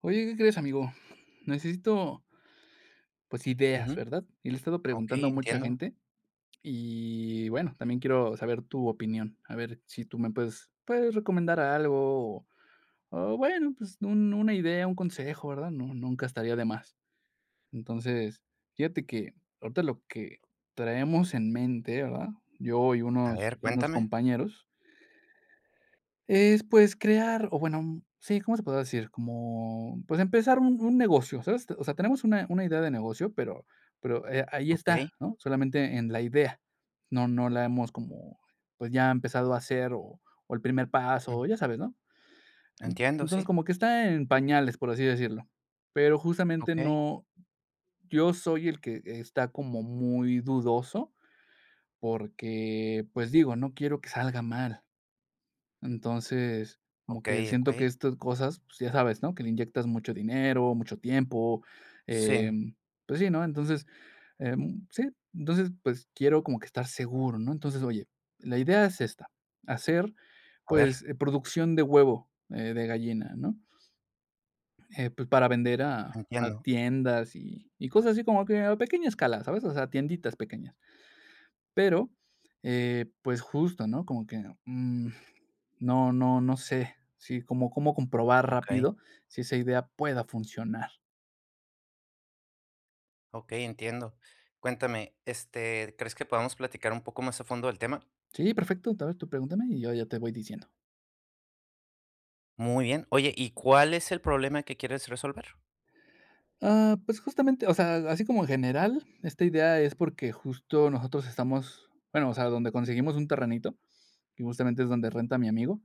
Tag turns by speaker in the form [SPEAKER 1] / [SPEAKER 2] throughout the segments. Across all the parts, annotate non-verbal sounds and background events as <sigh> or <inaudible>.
[SPEAKER 1] Oye, ¿qué crees, amigo? Necesito, pues, ideas,
[SPEAKER 2] Ujú.
[SPEAKER 1] ¿verdad? Y le he estado preguntando
[SPEAKER 2] Okey,
[SPEAKER 1] a mucha
[SPEAKER 2] entiendo.
[SPEAKER 1] gente y, bueno, también quiero saber tu opinión. A ver si tú me puedes recomendar algo o bueno, pues, una idea, un consejo, ¿verdad? No, nunca estaría de más. Entonces, fíjate que ahorita lo que traemos en mente, ¿verdad? Yo y
[SPEAKER 2] A
[SPEAKER 1] unos,
[SPEAKER 2] ver,
[SPEAKER 1] y unos
[SPEAKER 2] cuéntame.
[SPEAKER 1] compañeros, es, pues, crear o bueno, sí, ¿cómo se podría decir? Como, pues, empezar un negocio, ¿sabes? O sea, tenemos una idea de negocio, pero, ahí está,
[SPEAKER 2] Okey.
[SPEAKER 1] ¿no? Solamente en la idea. No la hemos como, pues, ya empezado a hacer o el primer
[SPEAKER 2] Mm,
[SPEAKER 1] paso, ya sabes, ¿no? En
[SPEAKER 2] entiendo,
[SPEAKER 1] entonces,
[SPEAKER 2] sí.
[SPEAKER 1] como que está en pañales, por así decirlo. Pero justamente
[SPEAKER 2] Okey,
[SPEAKER 1] no yo soy el que está como muy dudoso porque, pues, digo, no quiero que salga mal. Entonces, como que
[SPEAKER 2] okey,
[SPEAKER 1] siento que
[SPEAKER 2] okey.
[SPEAKER 1] estas cosas, pues, ya sabes, ¿no? Que le inyectas mucho dinero, mucho tiempo,
[SPEAKER 2] Sí,
[SPEAKER 1] em, pues sí, ¿no? Entonces, sí, entonces, pues, quiero como que estar seguro, ¿no? Entonces, oye, la idea es esta, hacer,
[SPEAKER 2] a ver,
[SPEAKER 1] pues, producción de huevo, de gallina, ¿no? Pues, para vender a
[SPEAKER 2] entiendo.
[SPEAKER 1] tiendas y cosas así como que a pequeña escala, ¿sabes? O sea, tienditas pequeñas. Pero, pues justo, ¿no? Como que, mm, no sé, sí, como cómo comprobar
[SPEAKER 2] Okey,
[SPEAKER 1] rápido si esa idea pueda funcionar.
[SPEAKER 2] okey, entiendo. Cuéntame, ¿crees que podamos platicar un poco más a fondo del tema?
[SPEAKER 1] Sí, perfecto. Tal vez tú pregúntame y yo ya te voy diciendo.
[SPEAKER 2] Muy bien. Oye, ¿y cuál es el problema que quieres resolver?
[SPEAKER 1] Ah, pues justamente, o sea, así como en general, esta idea es porque justo nosotros estamos, bueno, o sea, donde conseguimos un terrenito, que justamente es donde renta mi amigo,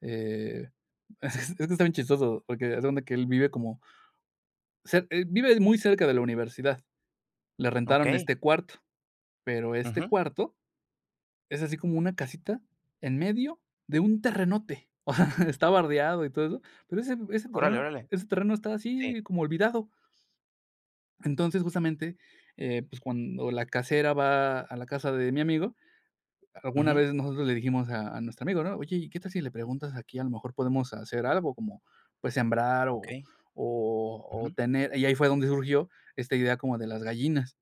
[SPEAKER 1] eh, <laughs> es que está bien chistoso, porque es donde que él vive como cer él vive muy cerca de la universidad. Le rentaron
[SPEAKER 2] Okey.
[SPEAKER 1] este cuarto. Pero este
[SPEAKER 2] Ujú.
[SPEAKER 1] cuarto es así como una casita en medio de un terrenote. <laughs> O sea, está bardeado y todo eso, pero ese ese
[SPEAKER 2] Órale,
[SPEAKER 1] terreno
[SPEAKER 2] órale.
[SPEAKER 1] ese terreno está
[SPEAKER 2] Sí.
[SPEAKER 1] así como olvidado. Entonces, justamente, pues, cuando la casera va a la casa de mi amigo, alguna
[SPEAKER 2] Ujú.
[SPEAKER 1] vez nosotros le dijimos a nuestro amigo, ¿no? Oye, ¿y qué tal si le preguntas aquí? A lo mejor podemos hacer algo como, pues, sembrar o
[SPEAKER 2] Okey.
[SPEAKER 1] o o
[SPEAKER 2] Ujú.
[SPEAKER 1] tener y ahí fue donde surgió esta idea como de las gallinas.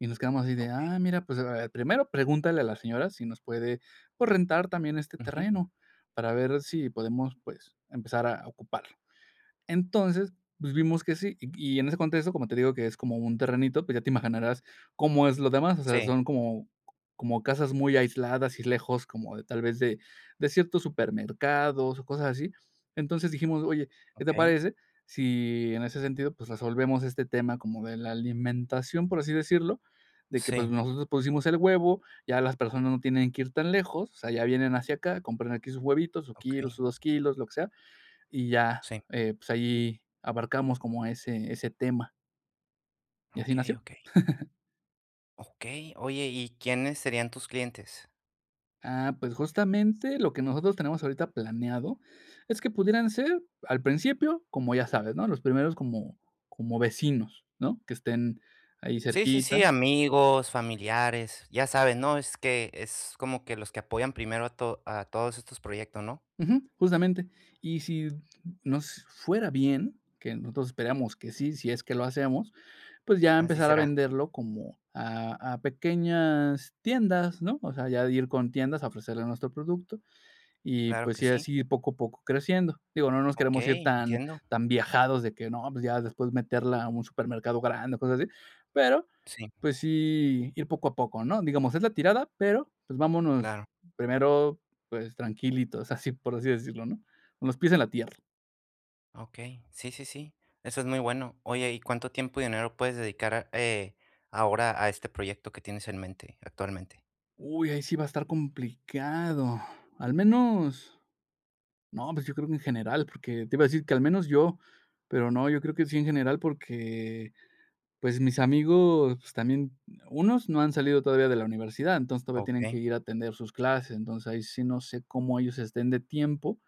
[SPEAKER 1] Y nos quedamos así de,
[SPEAKER 2] Okey.
[SPEAKER 1] ah, mira, pues, primero pregúntale a la señora si nos puede, pues, rentar también este
[SPEAKER 2] Ujú.
[SPEAKER 1] terreno para ver si podemos, pues, empezar a ocuparlo. Entonces, pues, vimos que sí, y en ese contexto, como te digo, que es como un terrenito, pues, ya te imaginarás cómo es lo demás, o sea,
[SPEAKER 2] Sí.
[SPEAKER 1] son como casas muy aisladas y lejos, como de tal vez de ciertos supermercados o cosas así. Entonces dijimos: "Oye, ¿qué te
[SPEAKER 2] Okey.
[SPEAKER 1] parece si en ese sentido, pues, resolvemos este tema como de la alimentación?", por así decirlo, de que, pues,
[SPEAKER 2] Sí.
[SPEAKER 1] nosotros pusimos el huevo, ya las personas no tienen que ir tan lejos, o sea, ya vienen hacia acá, compran aquí sus huevitos, su kilo,
[SPEAKER 2] Okey.
[SPEAKER 1] sus 2 kilos, lo que sea, y ya,
[SPEAKER 2] Sí.
[SPEAKER 1] pues, ahí abarcamos como ese tema, y así
[SPEAKER 2] Okey,
[SPEAKER 1] nació.
[SPEAKER 2] okey. Okey. Oye, ¿y quiénes serían tus clientes?
[SPEAKER 1] Ah, pues, justamente lo que nosotros tenemos ahorita planeado es que pudieran ser, al principio, como ya sabes, ¿no? Los primeros como vecinos, ¿no? Que estén ahí
[SPEAKER 2] Sí, sí,
[SPEAKER 1] cerquita.
[SPEAKER 2] sí, amigos, familiares, ya sabes, ¿no? Es que es como que los que apoyan primero a to a todos estos proyectos, ¿no?
[SPEAKER 1] Ujú, justamente. Y si nos fuera bien, que nosotros esperamos que sí, si es que lo hacemos, pues, ya
[SPEAKER 2] Así
[SPEAKER 1] empezar a
[SPEAKER 2] será.
[SPEAKER 1] venderlo como a pequeñas tiendas, ¿no? O sea, ya ir con tiendas a ofrecerle nuestro producto. Y,
[SPEAKER 2] Claro
[SPEAKER 1] pues,
[SPEAKER 2] que
[SPEAKER 1] sí,
[SPEAKER 2] sí.
[SPEAKER 1] así poco a poco creciendo. Digo, no nos queremos ir
[SPEAKER 2] Okey,
[SPEAKER 1] tan
[SPEAKER 2] entiendo.
[SPEAKER 1] tan viajados de que no, pues, ya después meterla a un supermercado grande cosas así, pero,
[SPEAKER 2] Sí,
[SPEAKER 1] pues, sí ir poco a poco, ¿no? Digamos, es la tirada, pero, pues, vámonos
[SPEAKER 2] claro.
[SPEAKER 1] primero, pues, tranquilitos, <laughs> así, por así decirlo, ¿no? Con los pies en la tierra.
[SPEAKER 2] Okey. Sí, sí, sí. Eso es muy bueno. Oye, ¿y cuánto tiempo y dinero puedes dedicar, ahora a este proyecto que tienes en mente actualmente?
[SPEAKER 1] Uy, ahí sí va a estar complicado. Al menos no, pues, yo creo que en general, porque te iba a decir que al menos yo, pero no, yo creo que sí en general, porque pues, mis amigos, pues, también unos no han salido todavía de la universidad, entonces, todavía tienen que
[SPEAKER 2] Okey,
[SPEAKER 1] ir a atender sus clases, entonces, ahí sí no sé cómo ellos estén de tiempo,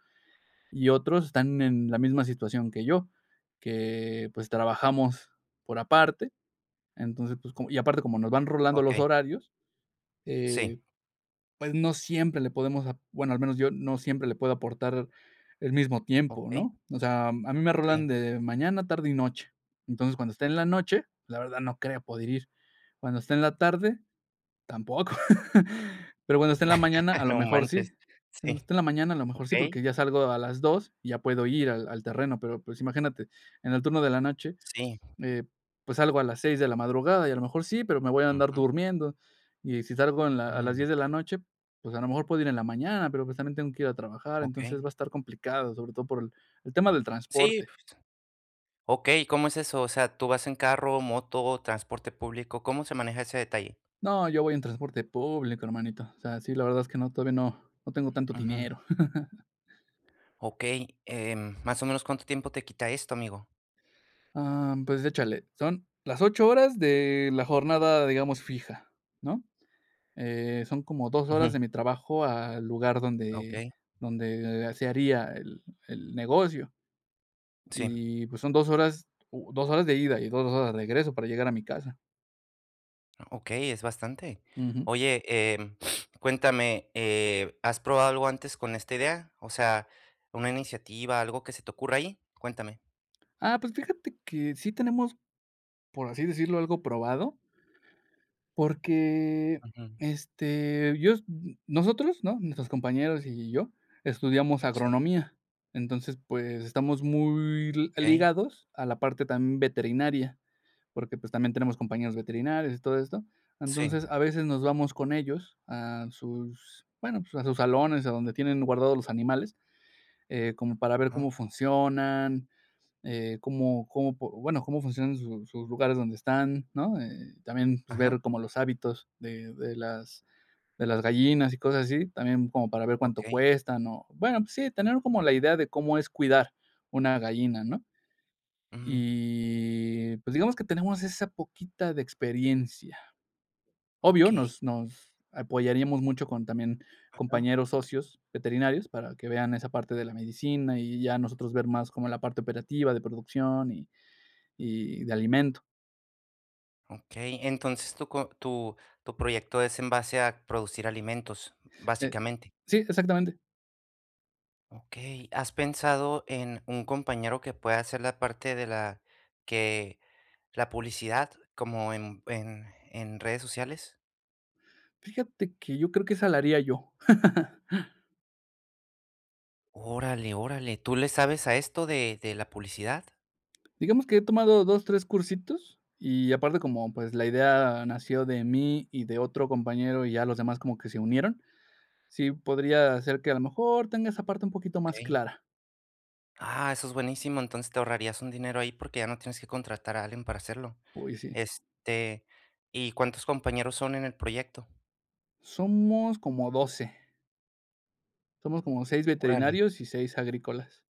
[SPEAKER 1] y otros están en la misma situación que yo, que, pues, trabajamos por aparte, entonces, pues, como y aparte como nos van rolando los
[SPEAKER 2] okey.
[SPEAKER 1] horarios, eh,
[SPEAKER 2] Sí,
[SPEAKER 1] pues no siempre le podemos ap bueno, al menos yo no siempre le puedo aportar el mismo tiempo,
[SPEAKER 2] okey,
[SPEAKER 1] ¿no? O sea, a mí me
[SPEAKER 2] sí.
[SPEAKER 1] rolan de mañana, tarde y noche. Entonces, cuando esté en la noche, la verdad no creo poder ir. Cuando esté en la tarde, tampoco. <laughs> Pero cuando esté en la mañana, a
[SPEAKER 2] <laughs>
[SPEAKER 1] lo
[SPEAKER 2] No
[SPEAKER 1] mejor sí.
[SPEAKER 2] manches. Sí,
[SPEAKER 1] Cuando esté en la mañana, a lo mejor sí,
[SPEAKER 2] okey,
[SPEAKER 1] porque ya salgo a las 2 y ya puedo ir al terreno, pero, pues, imagínate, en el turno de la noche,
[SPEAKER 2] sí.
[SPEAKER 1] eh, pues salgo a las 6 de la madrugada y a lo mejor sí, pero me voy a andar
[SPEAKER 2] Ujú,
[SPEAKER 1] durmiendo. Y si salgo en la a las
[SPEAKER 2] mm,
[SPEAKER 1] 10 de la noche, pues a lo mejor puedo ir en la mañana, pero pues también tengo que ir a trabajar,
[SPEAKER 2] okey.
[SPEAKER 1] entonces va a estar complicado, sobre todo por el tema del
[SPEAKER 2] Sí.
[SPEAKER 1] transporte.
[SPEAKER 2] Okey, ¿cómo es eso? O sea, ¿tú vas en carro, moto, transporte público? ¿Cómo se maneja ese detalle?
[SPEAKER 1] No, yo voy en transporte público, hermanito. O sea, sí, la verdad es que no, todavía no tengo tanto
[SPEAKER 2] Ujú.
[SPEAKER 1] dinero.
[SPEAKER 2] Okey, ¿más o menos cuánto tiempo te quita esto, amigo?
[SPEAKER 1] <laughs> Pues échale, son las 8 horas de la jornada, digamos, fija, ¿no? Son como 2 horas
[SPEAKER 2] Ujú.
[SPEAKER 1] de mi trabajo al lugar donde
[SPEAKER 2] Okey,
[SPEAKER 1] donde se haría el negocio.
[SPEAKER 2] sí,
[SPEAKER 1] Y, pues, son 2 horas, u 2 horas de ida y 2 horas de regreso para llegar a mi casa.
[SPEAKER 2] okey, es bastante.
[SPEAKER 1] Ujú.
[SPEAKER 2] Oye, <sniffs> cuéntame, ¿has probado algo antes con esta idea? O sea, una iniciativa, algo que se te ocurra ahí, cuéntame.
[SPEAKER 1] Ah, pues, fíjate que sí tenemos, por así decirlo, algo probado, porque,
[SPEAKER 2] Ujú.
[SPEAKER 1] este, yo es nosotros, ¿no?, nuestros compañeros y yo estudiamos
[SPEAKER 2] Sí,
[SPEAKER 1] agronomía. Entonces, pues, estamos muy li
[SPEAKER 2] okey,
[SPEAKER 1] ligados a la parte también veterinaria, porque, pues, también tenemos compañeros veterinarios y todo esto.
[SPEAKER 2] sí,
[SPEAKER 1] Entonces, a veces nos vamos con ellos a sus, bueno, pues, a sus salones, a donde tienen guardados los animales, como para ver
[SPEAKER 2] ajá,
[SPEAKER 1] cómo funcionan, cómo cómo po bueno, cómo funcionan su sus lugares donde están, ¿no? También, pues,
[SPEAKER 2] ajá,
[SPEAKER 1] ver como los hábitos de las gallinas y cosas así, también como para ver cuánto
[SPEAKER 2] okey,
[SPEAKER 1] cuestan o bueno, pues sí, tener como la idea de cómo es cuidar una gallina, ¿no?
[SPEAKER 2] ujú,
[SPEAKER 1] Y, pues, digamos que tenemos esa poquita de experiencia. Obvio,
[SPEAKER 2] okey.
[SPEAKER 1] nos apoyaríamos mucho con también compañeros socios veterinarios para que vean esa parte de la medicina y ya nosotros ver más como la parte operativa de producción y de alimento.
[SPEAKER 2] Okey, entonces tu co tu tu proyecto es en base a producir alimentos,
[SPEAKER 1] Eh,
[SPEAKER 2] básicamente.
[SPEAKER 1] sí, exactamente.
[SPEAKER 2] Okey, ¿has pensado en un compañero que pueda hacer la parte de la que la publicidad como en redes sociales?
[SPEAKER 1] Fíjate que yo creo que esa la haría yo. <laughs>
[SPEAKER 2] Órale, órale, ¿tú le sabes a esto de la publicidad?
[SPEAKER 1] Digamos que he tomado 2, 3 cursitos y aparte como, pues, la idea nació de mí y de otro compañero y ya los demás como que se unieron, sí podría ser que a lo mejor tenga esa parte un poquito más
[SPEAKER 2] Okey.
[SPEAKER 1] clara.
[SPEAKER 2] Ah, eso es buenísimo, entonces te ahorrarías un dinero ahí porque ya no tienes que contratar a alguien para hacerlo.
[SPEAKER 1] Uy, sí.
[SPEAKER 2] Este, ¿Y cuántos compañeros son en el proyecto?
[SPEAKER 1] Somos como 12. Somos como 6
[SPEAKER 2] Órale.
[SPEAKER 1] veterinarios y 6 agrícolas.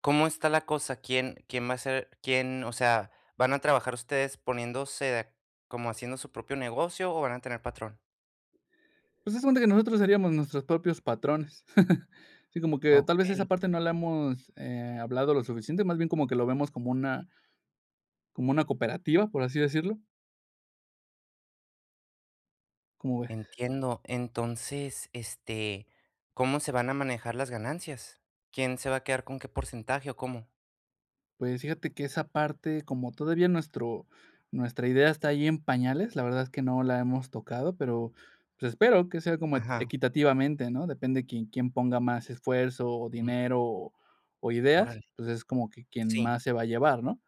[SPEAKER 2] ¿Cómo está la cosa? Quién va a ser quién? O sea, ¿van a trabajar ustedes poniéndose de como haciendo su propio negocio o van a tener patrón?
[SPEAKER 1] Pues, es de cuenta que nosotros seríamos nuestros propios patrones. <laughs> Sí, como que tal vez esa
[SPEAKER 2] Okey,
[SPEAKER 1] parte no la hemos, hablado lo suficiente, más bien como que lo vemos como una cooperativa, por así decirlo, ¿cómo ves?
[SPEAKER 2] entiendo. Entonces, ¿cómo se van a manejar las ganancias? ¿Quién se va a quedar con qué porcentaje o cómo?
[SPEAKER 1] Pues, fíjate que esa parte, como todavía nuestro nuestra idea está ahí en pañales, la verdad es que no la hemos tocado, pero, pues, espero que sea como equ-
[SPEAKER 2] Ajá,
[SPEAKER 1] equitativamente, ¿no? Depende quién ponga más esfuerzo, o
[SPEAKER 2] mm,
[SPEAKER 1] dinero, o ideas,
[SPEAKER 2] órale.
[SPEAKER 1] pues, es como que quien
[SPEAKER 2] Sí.
[SPEAKER 1] más se va a llevar, ¿no?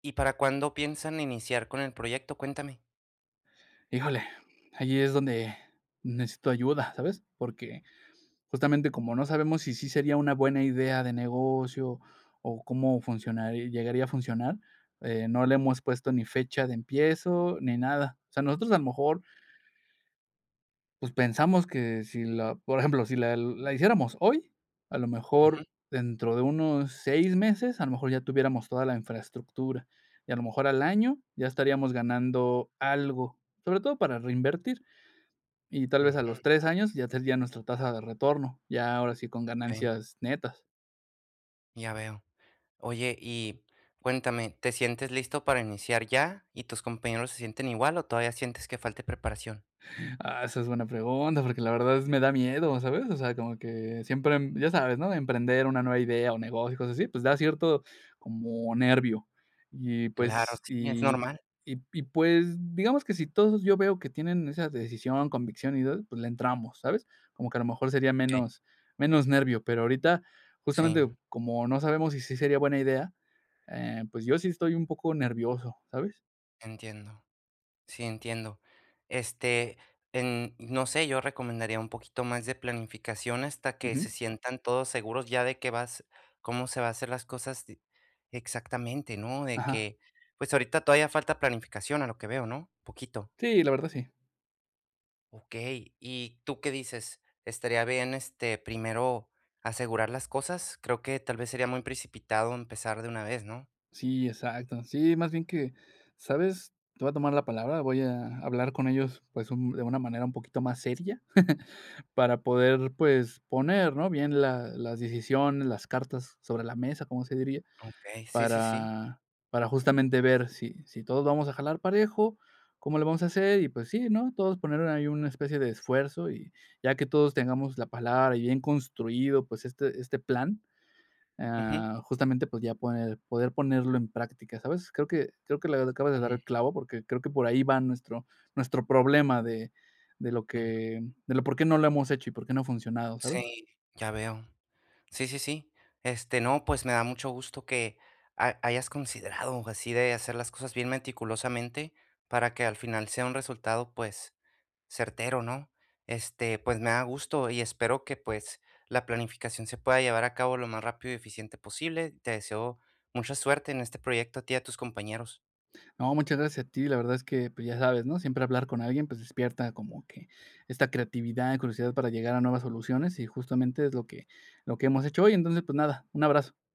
[SPEAKER 2] ¿Y para cuándo piensan iniciar con el proyecto? Cuéntame.
[SPEAKER 1] Híjole, allí es donde necesito ayuda, ¿sabes? Porque justamente como no sabemos si sí sería una buena idea de negocio o cómo funcionaría, llegaría a funcionar, no le hemos puesto ni fecha de empiezo ni nada. O sea, nosotros a lo mejor, pues pensamos que si la, por ejemplo, si la hiciéramos hoy, a lo
[SPEAKER 2] Ujú,
[SPEAKER 1] mejor dentro de unos 6 meses, a lo mejor ya tuviéramos toda la infraestructura y a lo mejor al año ya estaríamos ganando algo, sobre todo para reinvertir y tal vez a los
[SPEAKER 2] ujú,
[SPEAKER 1] 3 años ya tendría nuestra tasa de retorno, ya ahora sí con
[SPEAKER 2] okey,
[SPEAKER 1] ganancias netas.
[SPEAKER 2] ya veo. Oye, y cuéntame, ¿te sientes listo para iniciar ya? ¿Y tus compañeros se sienten igual o todavía sientes que falte preparación?
[SPEAKER 1] Ah, esa es buena pregunta, porque la verdad es me da miedo, ¿sabes? O sea, como que siempre, ya sabes, ¿no? Emprender una nueva idea o negocio y cosas así, pues da cierto como nervio. Y
[SPEAKER 2] Mm, claro,
[SPEAKER 1] pues,
[SPEAKER 2] sí, es
[SPEAKER 1] y
[SPEAKER 2] normal.
[SPEAKER 1] y pues, digamos que si todos yo veo que tienen esa decisión, convicción y todo, pues le entramos, ¿sabes? Como que a lo mejor sería
[SPEAKER 2] Ok.
[SPEAKER 1] menos nervio, pero ahorita, justamente,
[SPEAKER 2] Sí,
[SPEAKER 1] como no sabemos si sí sería buena idea, pues yo sí estoy un poco nervioso, ¿sabes?
[SPEAKER 2] entiendo. Sí, entiendo. Este, no sé, yo recomendaría un poquito más de planificación hasta que
[SPEAKER 1] Ujú.
[SPEAKER 2] se sientan todos seguros ya de que vas, cómo se va a hacer las cosas exactamente, ¿no? De
[SPEAKER 1] Ajá.
[SPEAKER 2] que, pues ahorita todavía falta planificación a lo que veo, ¿no? Poquito.
[SPEAKER 1] Sí, la verdad sí.
[SPEAKER 2] Okey, ¿y tú qué dices? ¿Estaría bien, primero asegurar las cosas? Creo que tal vez sería muy precipitado empezar de una vez, ¿no?
[SPEAKER 1] Sí, exacto. Sí, más bien que, ¿sabes? Te voy a tomar la palabra, voy a hablar con ellos, pues, un de una manera un poquito más seria para poder, pues, poner, ¿no? Bien la las decisiones, las cartas sobre la mesa, como se diría,
[SPEAKER 2] Okey, sí, sí, sí.
[SPEAKER 1] para para justamente ver si todos vamos a jalar parejo, cómo lo vamos a hacer y, pues sí, ¿no? Todos poner ahí una especie de esfuerzo y ya que todos tengamos la palabra y bien construido, pues, este plan.
[SPEAKER 2] Ujú,
[SPEAKER 1] Ah, justamente, pues, ya poner poder ponerlo en práctica, ¿sabes? Creo que le acabas de dar
[SPEAKER 2] ujú,
[SPEAKER 1] el clavo, porque creo que por ahí va nuestro problema de lo
[SPEAKER 2] ujú.
[SPEAKER 1] que de lo por qué no lo hemos hecho y por qué no ha funcionado, ¿sabes?
[SPEAKER 2] Sí, ya veo. Sí, sí, sí. No, pues me da mucho gusto que hayas considerado así de hacer las cosas bien meticulosamente para que al final sea un resultado, pues, certero, ¿no? Este, pues me da gusto y espero que pues la planificación se pueda llevar a cabo lo más rápido y eficiente posible. Te deseo mucha suerte en este proyecto a ti y a tus compañeros.
[SPEAKER 1] No, muchas gracias a ti, la verdad es que, pues, ya sabes, ¿no? Siempre hablar con alguien, pues, despierta como que esta creatividad, y curiosidad para llegar a nuevas soluciones, y justamente es lo que hemos hecho hoy. Entonces, pues, nada, un abrazo.